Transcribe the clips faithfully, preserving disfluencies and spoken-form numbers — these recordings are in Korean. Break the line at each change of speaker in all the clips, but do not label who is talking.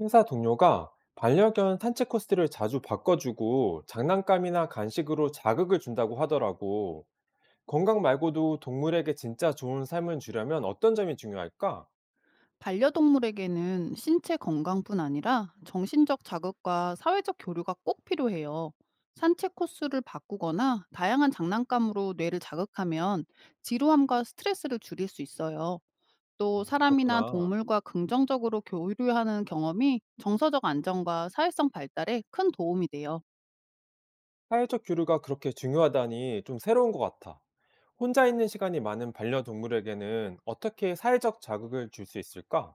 회사 동료가 반려견 산책 코스를 자주 바꿔주고 장난감이나 간식으로 자극을 준다고 하더라고. 건강 말고도 동물에게 진짜 좋은 삶을 주려면 어떤 점이 중요할까?
반려동물에게는 신체 건강뿐 아니라 정신적 자극과 사회적 교류가 꼭 필요해요. 산책 코스를 바꾸거나 다양한 장난감으로 뇌를 자극하면 지루함과 스트레스를 줄일 수 있어요. 또 사람이나
그렇구나.
동물과 긍정적으로 교류하는 경험이 정서적 안정과 사회성 발달에 큰 도움이 돼요.
사회적 교류가 그렇게 중요하다니 좀 새로운 것 같아. 혼자 있는 시간이 많은 반려동물에게는 어떻게 사회적 자극을 줄 수 있을까?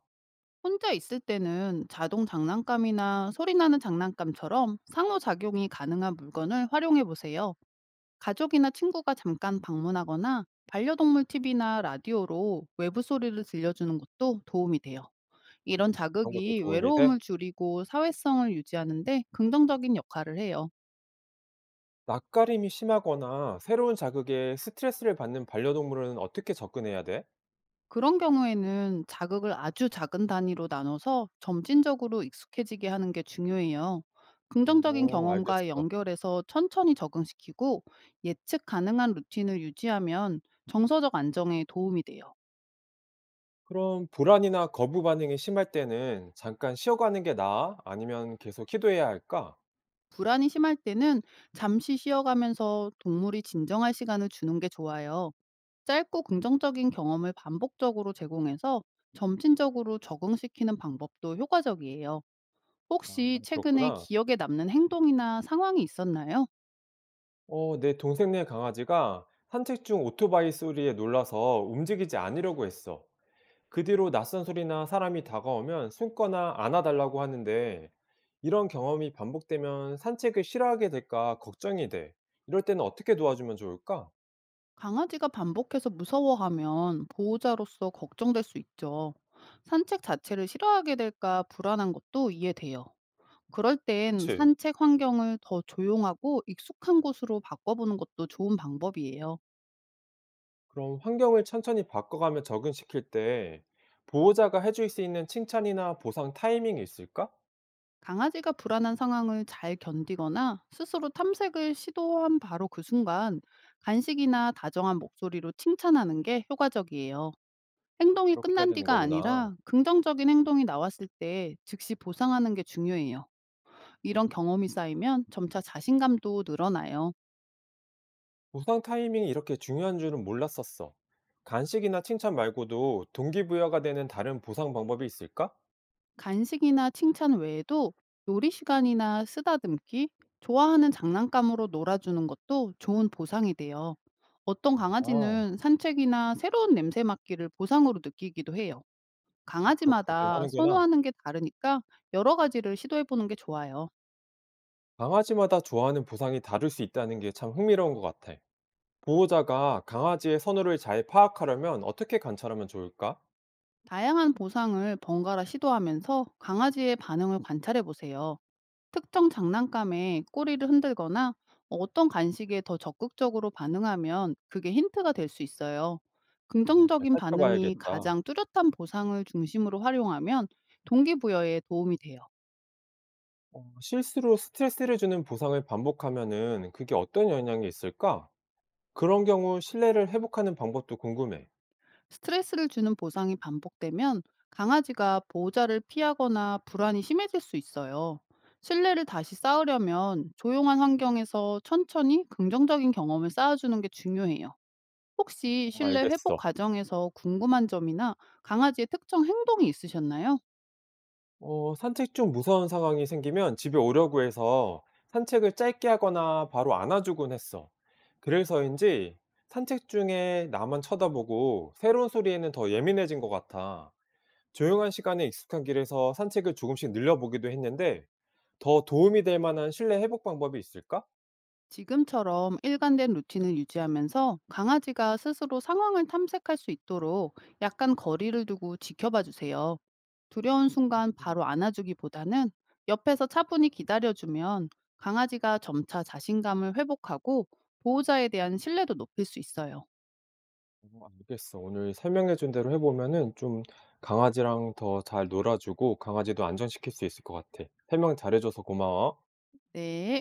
혼자 있을 때는 자동 장난감이나 소리 나는 장난감처럼 상호작용이 가능한 물건을 활용해 보세요. 가족이나 친구가 잠깐 방문하거나 반려동물 티비나 라디오로 외부 소리를 들려주는 것도 도움이 돼요. 이런
그런 것도
자극이
도움이 돼?
외로움을 줄이고 사회성을 유지하는데 긍정적인 역할을 해요.
낯가림이 심하거나 새로운 자극에 스트레스를 받는 반려동물은 어떻게 접근해야 돼?
그런 경우에는 자극을 아주 작은 단위로 나눠서 점진적으로 익숙해지게 하는 게 중요해요. 긍정적인
오,
경험과
알겠어.
연결해서 천천히 적응시키고, 예측 가능한 루틴을 유지하면 정서적 안정에 도움이 돼요.
그럼 불안이나 거부 반응이 심할 때는 잠깐 쉬어가는 게 나아? 아니면 계속 기도해야 할까?
불안이 심할 때는 잠시 쉬어가면서 동물이 진정할 시간을 주는 게 좋아요. 짧고 긍정적인 경험을 반복적으로 제공해서 점진적으로 적응시키는 방법도 효과적이에요.
아,
혹시 최근에
그렇구나.
기억에 남는 행동이나 상황이 있었나요?
어, 내 동생네 강아지가 산책 중 오토바이 소리에 놀라서 움직이지 않으려고 했어. 그 뒤로 낯선 소리나 사람이 다가오면 숨거나 안아달라고 하는데 이런 경험이 반복되면 산책을 싫어하게 될까 걱정이 돼. 이럴 때는 어떻게 도와주면 좋을까?
강아지가 반복해서 무서워하면 보호자로서 걱정될 수 있죠. 산책 자체를 싫어하게 될까 불안한 것도 이해돼요. 그럴 땐
그치?
산책 환경을 더 조용하고 익숙한 곳으로 바꿔보는 것도 좋은 방법이에요.
그럼 환경을 천천히 바꿔가며 적응시킬 때 보호자가 해줄 수 있는 칭찬이나 보상 타이밍이 있을까?
강아지가 불안한 상황을 잘 견디거나 스스로 탐색을 시도한 바로 그 순간, 간식이나 다정한 목소리로 칭찬하는 게 효과적이에요. 행동이
이렇게 해야
끝난
되는
뒤가
거구나.
아니라 긍정적인 행동이 나왔을 때 즉시 보상하는 게 중요해요. 이런 경험이 쌓이면 점차 자신감도 늘어나요.
보상 타이밍이 이렇게 중요한 줄은 몰랐었어. 간식이나 칭찬 말고도 동기부여가 되는 다른 보상 방법이 있을까?
간식이나 칭찬 외에도 요리 시간이나 쓰다듬기, 좋아하는 장난감으로 놀아주는 것도 좋은 보상이 돼요. 어떤
아,
강아지는 산책이나 새로운 냄새 맡기를 보상으로 느끼기도 해요.
그렇게도
강아지마다
하는구나.
선호하는 게 다르니까 여러 가지를 시도해보는 게 좋아요.
강아지마다 좋아하는 보상이 다를 수 있다는 게 참 흥미로운 것 같아. 보호자가 강아지의 선호를 잘 파악하려면 어떻게 관찰하면 좋을까?
다양한 보상을 번갈아 시도하면서 강아지의 반응을 관찰해보세요. 특정 장난감에 꼬리를 흔들거나 어떤 간식에 더 적극적으로 반응하면 그게 힌트가 될 수 있어요.
어, 잘
긍정적인 반응이
살펴봐야겠다.
가장 뚜렷한 보상을 중심으로 활용하면 동기부여에 도움이 돼요.
어 실수로 스트레스를 주는 보상을 반복하면은 그게 어떤 영향이 있을까? 그런 경우 신뢰를 회복하는 방법도 궁금해.
스트레스를 주는 보상이 반복되면 강아지가 보호자를 피하거나 불안이 심해질 수 있어요. 신뢰를 다시 쌓으려면 조용한 환경에서 천천히 긍정적인 경험을 쌓아주는 게 중요해요. 혹시
어
실내 회복
알겠어.
과정에서 궁금한 점이나 강아지의 특정 행동이 있으셨나요?
어 산책 중 무서운 상황이 생기면 집에 오려고 해서 산책을 짧게 하거나 바로 안아주곤 했어. 그래서인지 산책 중에 나만 쳐다보고 새로운 소리에는 더 예민해진 것 같아. 조용한 시간에 익숙한 길에서 산책을 조금씩 늘려보기도 했는데 더 도움이 될 만한 신뢰 회복 방법이 있을까?
지금처럼 일관된 루틴을 유지하면서 강아지가 스스로 상황을 탐색할 수 있도록 약간 거리를 두고 지켜봐 주세요. 두려운 순간 바로 안아주기보다는 옆에서 차분히 기다려주면 강아지가 점차 자신감을 회복하고 보호자에 대한 신뢰도 높일 수 있어요.
어 알겠어. 오늘 설명해 준 대로 해 보면은 좀 강아지랑 더 잘 놀아주고 강아지도 안정시킬 수 있을 것 같아. 설명 잘해 줘서 고마워.
네.